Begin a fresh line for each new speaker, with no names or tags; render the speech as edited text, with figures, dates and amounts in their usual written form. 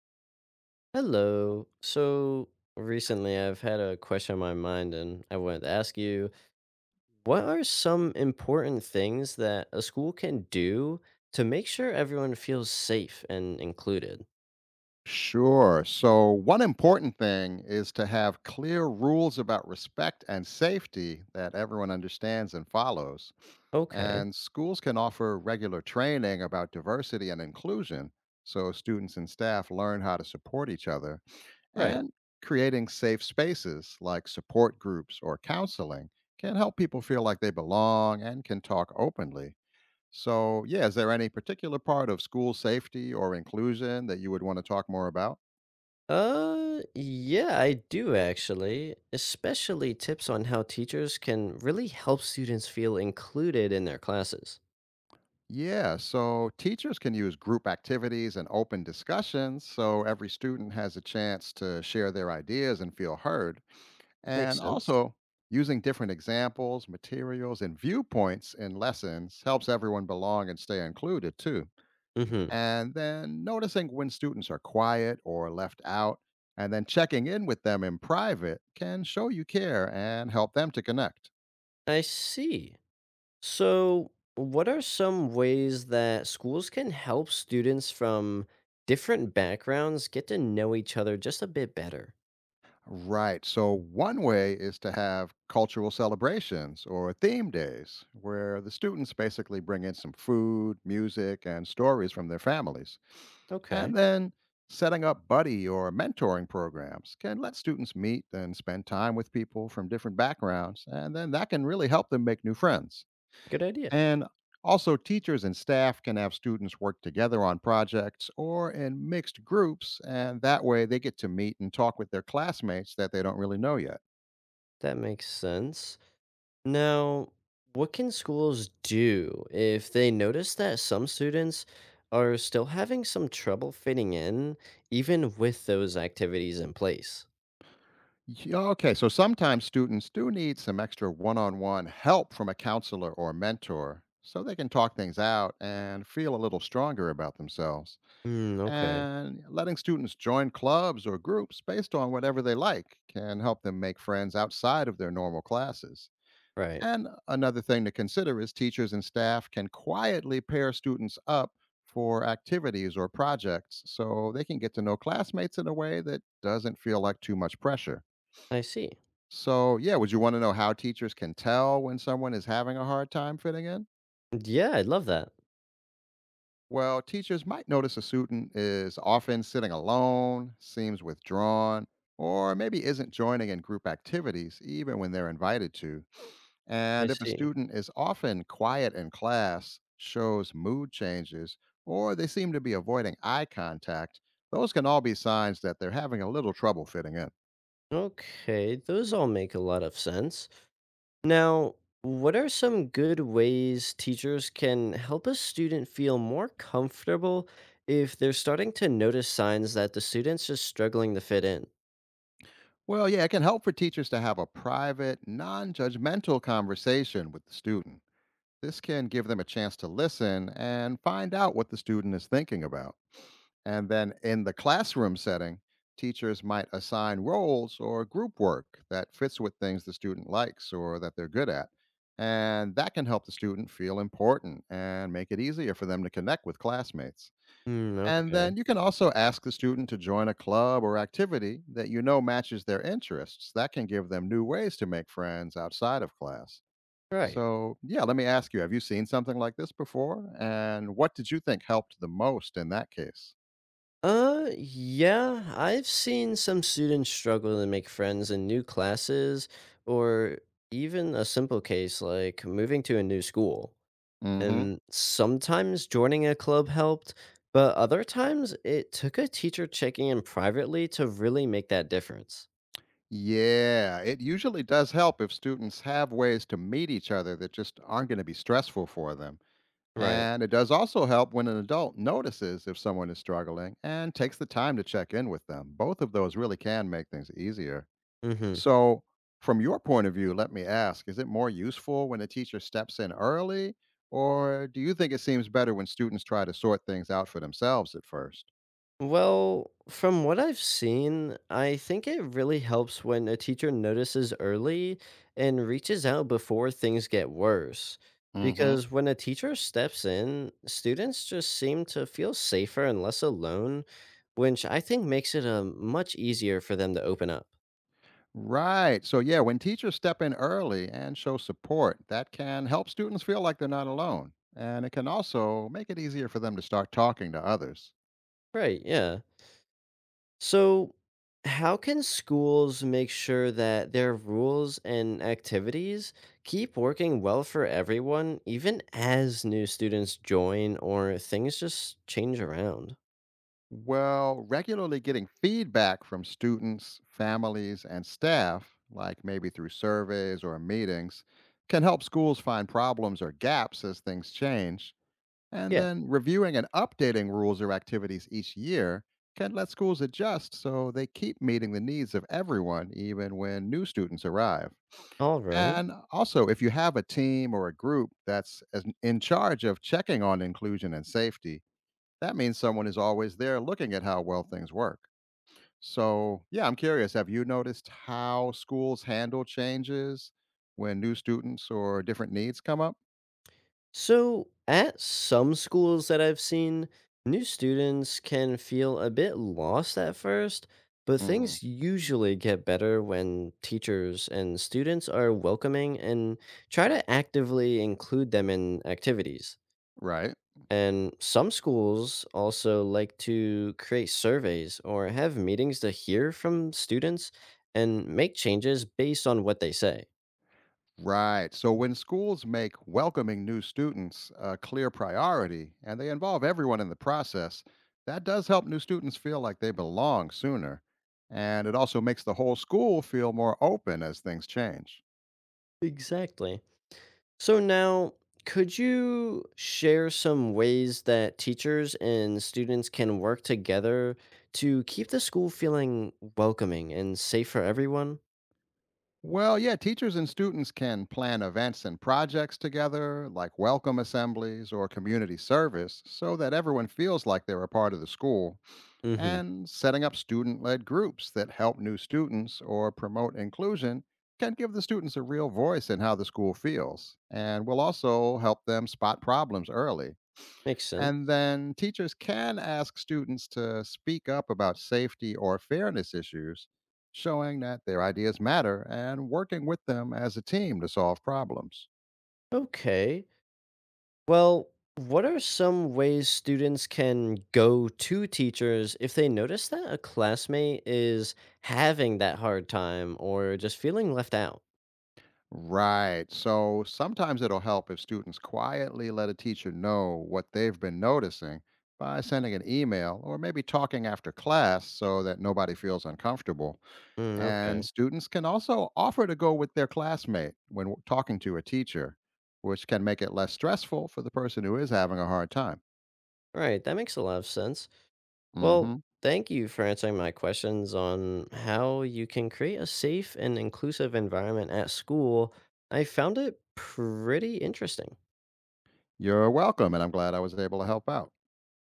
Hello. So recently I've had a question on my mind and I wanted to ask you, what are some important things that a school can do to make sure everyone feels safe and included?
Sure. So, one important thing is to have clear rules about respect and safety that everyone understands and follows.
Okay.
And schools can offer regular training about diversity and inclusion so students and staff learn how to support each other.
Right.
And creating safe spaces like support groups or counseling can help people feel like they belong and can talk openly. So, yeah, is there any particular part of school safety or inclusion that you would want to talk more about?
Yeah, I do actually, especially tips on how teachers can really help students feel included in their classes.
Yeah, so teachers can use group activities and open discussions so every student has a chance to share their ideas and feel heard. And
Makes sense.
also, using different examples, materials, and viewpoints in lessons helps everyone belong and stay included too.
Mhm.
And then noticing when students are quiet or left out, and then checking in with them in private can show you care and help them to connect.
I see. So, what are some ways that schools can help students from different backgrounds get to know each other just a bit better?
Right. So, one way is to have cultural celebrations or theme days where the students basically bring in some food, music, and stories from their families.
Okay,
And then setting up buddy or mentoring programs can let students meet and spend time with people from different backgrounds. And then that can really help them make new friends.
good idea.
And also, teachers and staff can have students work together on projects or in mixed groups, and that way they get to meet and talk with their classmates that they don't really know yet.
That makes sense. Now, what can schools do if they notice that some students are still having some trouble fitting in, even with those activities in place?
Yeah, okay, so sometimes students do need some extra one on one help from a counselor or mentor so they can talk things out and feel a little stronger about themselves.
Hmm, okay,
And letting students join clubs or groups based on whatever they like can help them make friends outside of their normal classes.
right.
And another thing to consider is teachers and staff can quietly pair students up for activities or projects so they can get to know classmates in a way that doesn't feel like too much pressure.
I see.
So, yeah, would you want to know how teachers can tell when someone is having a hard time fitting in?
Yeah, I love that.
Well, teachers might notice a student is often sitting alone, seems withdrawn, or maybe isn't joining in group activities even when they're invited to.
I
And if a
see.
student is often quiet in class, shows mood changes, or they seem to be avoiding eye contact, those can all be signs that they're having a little trouble fitting in.
Okay, those all make a lot of sense. Now, what are some good ways teachers can help a student feel more comfortable if they're starting to notice signs that the student's just struggling to fit in?
Well, yeah, it can help for teachers to have a private, non judgmental conversation with the student. This can give them a chance to listen and find out what the student is thinking about. And then in the classroom setting, teachers might assign roles or group work that fits with things the student likes or that they're good at. And that can help the student feel important and make it easier for them to connect with classmates.
Hmm,
And
okay.
then you can also ask the student to join a club or activity that you know matches their interests. That can give them new ways to make friends outside of class.
Right.
So, yeah, let me ask, you have you seen something like this before? And what did you think helped the most in that case?
Yeah, I've seen some students struggle to make friends in new classes or even a simple case like moving to a new school.
Hmm.
And sometimes joining a club helped, but other times it took a teacher checking in privately to really make that difference.
Yeah, it usually does help if students have ways to meet each other that just aren't going to be stressful for them.
Right.
And it does also help when an adult notices if someone is struggling and takes the time to check in with them. Both of those really can make things easier.
Hmm.
So, from your point of view, let me ask, is it more useful when a teacher steps in early, or do you think it seems better when students try to sort things out for themselves at first?
Well, from what I've seen, I think it really helps when a teacher notices early and reaches out before things get worse. Because when a teacher steps in, students just seem to feel safer and less alone, which I think makes it much easier for them to open up.
Right. So, yeah, when teachers step in early and show support, that can help students feel like they're not alone. And it can also make it easier for them to start talking to others.
Right, yeah. So, how can schools make sure that their rules and activities keep working well for everyone, even as new students join or things just change around?
Well, regularly getting feedback from students, families, and staff, like maybe through surveys or meetings, can help schools find problems or gaps as things change. And
Yeah,
then reviewing and updating rules or activities each year can let schools adjust so they keep meeting the needs of everyone, even when new students arrive.
all right.
And also, if you have a team or a group in charge of checking on inclusion and safety, that means someone is always there looking at how well things work. So, yeah, I'm curious, have you noticed how schools handle changes when new students or different needs come up?
So, at some schools that I've seen, new students can feel a bit lost at first, but
Hmm.
things usually get better when teachers and students are welcoming and try to actively include them in activities.
Right.
And some schools also like to create surveys or have meetings to hear from students and make changes based on what they say.
Right. So when schools make welcoming new students a clear priority and they involve everyone in the process, that does help new students feel like they belong sooner. And it also makes the whole school feel more open as things change.
Exactly. So now, could you share some ways that teachers and students can work together to keep the school feeling welcoming and safe for everyone?
Well, yeah, teachers and students can plan events and projects together, like welcome assemblies or community service, so that everyone feels like they're a part of the school,
Mhm.
and setting up student led groups that help new students or promote inclusion can give the students a real voice in how the school feels and will also help them spot problems early.
Makes
And
sense.
then teachers can ask students to speak up about safety or fairness issues, showing that their ideas matter and working with them as a team to solve problems.
Okay. Well, what are some ways students can go to teachers if they notice that a classmate is having that hard time or just feeling left out?
Right. So sometimes it'll help if students quietly let a teacher know what they've been noticing by sending an email or maybe talking after class so that nobody feels uncomfortable.
Mm,
And
okay.
students can also offer to go with their classmate when talking to a teacher, which can make it less stressful for the person who is having a hard time.
All right. That makes a lot of sense. Well,
Hmm.
thank you for answering my questions on how you can create a safe and inclusive environment at school. I found it pretty interesting.
You're welcome, and I'm glad I was able to help out.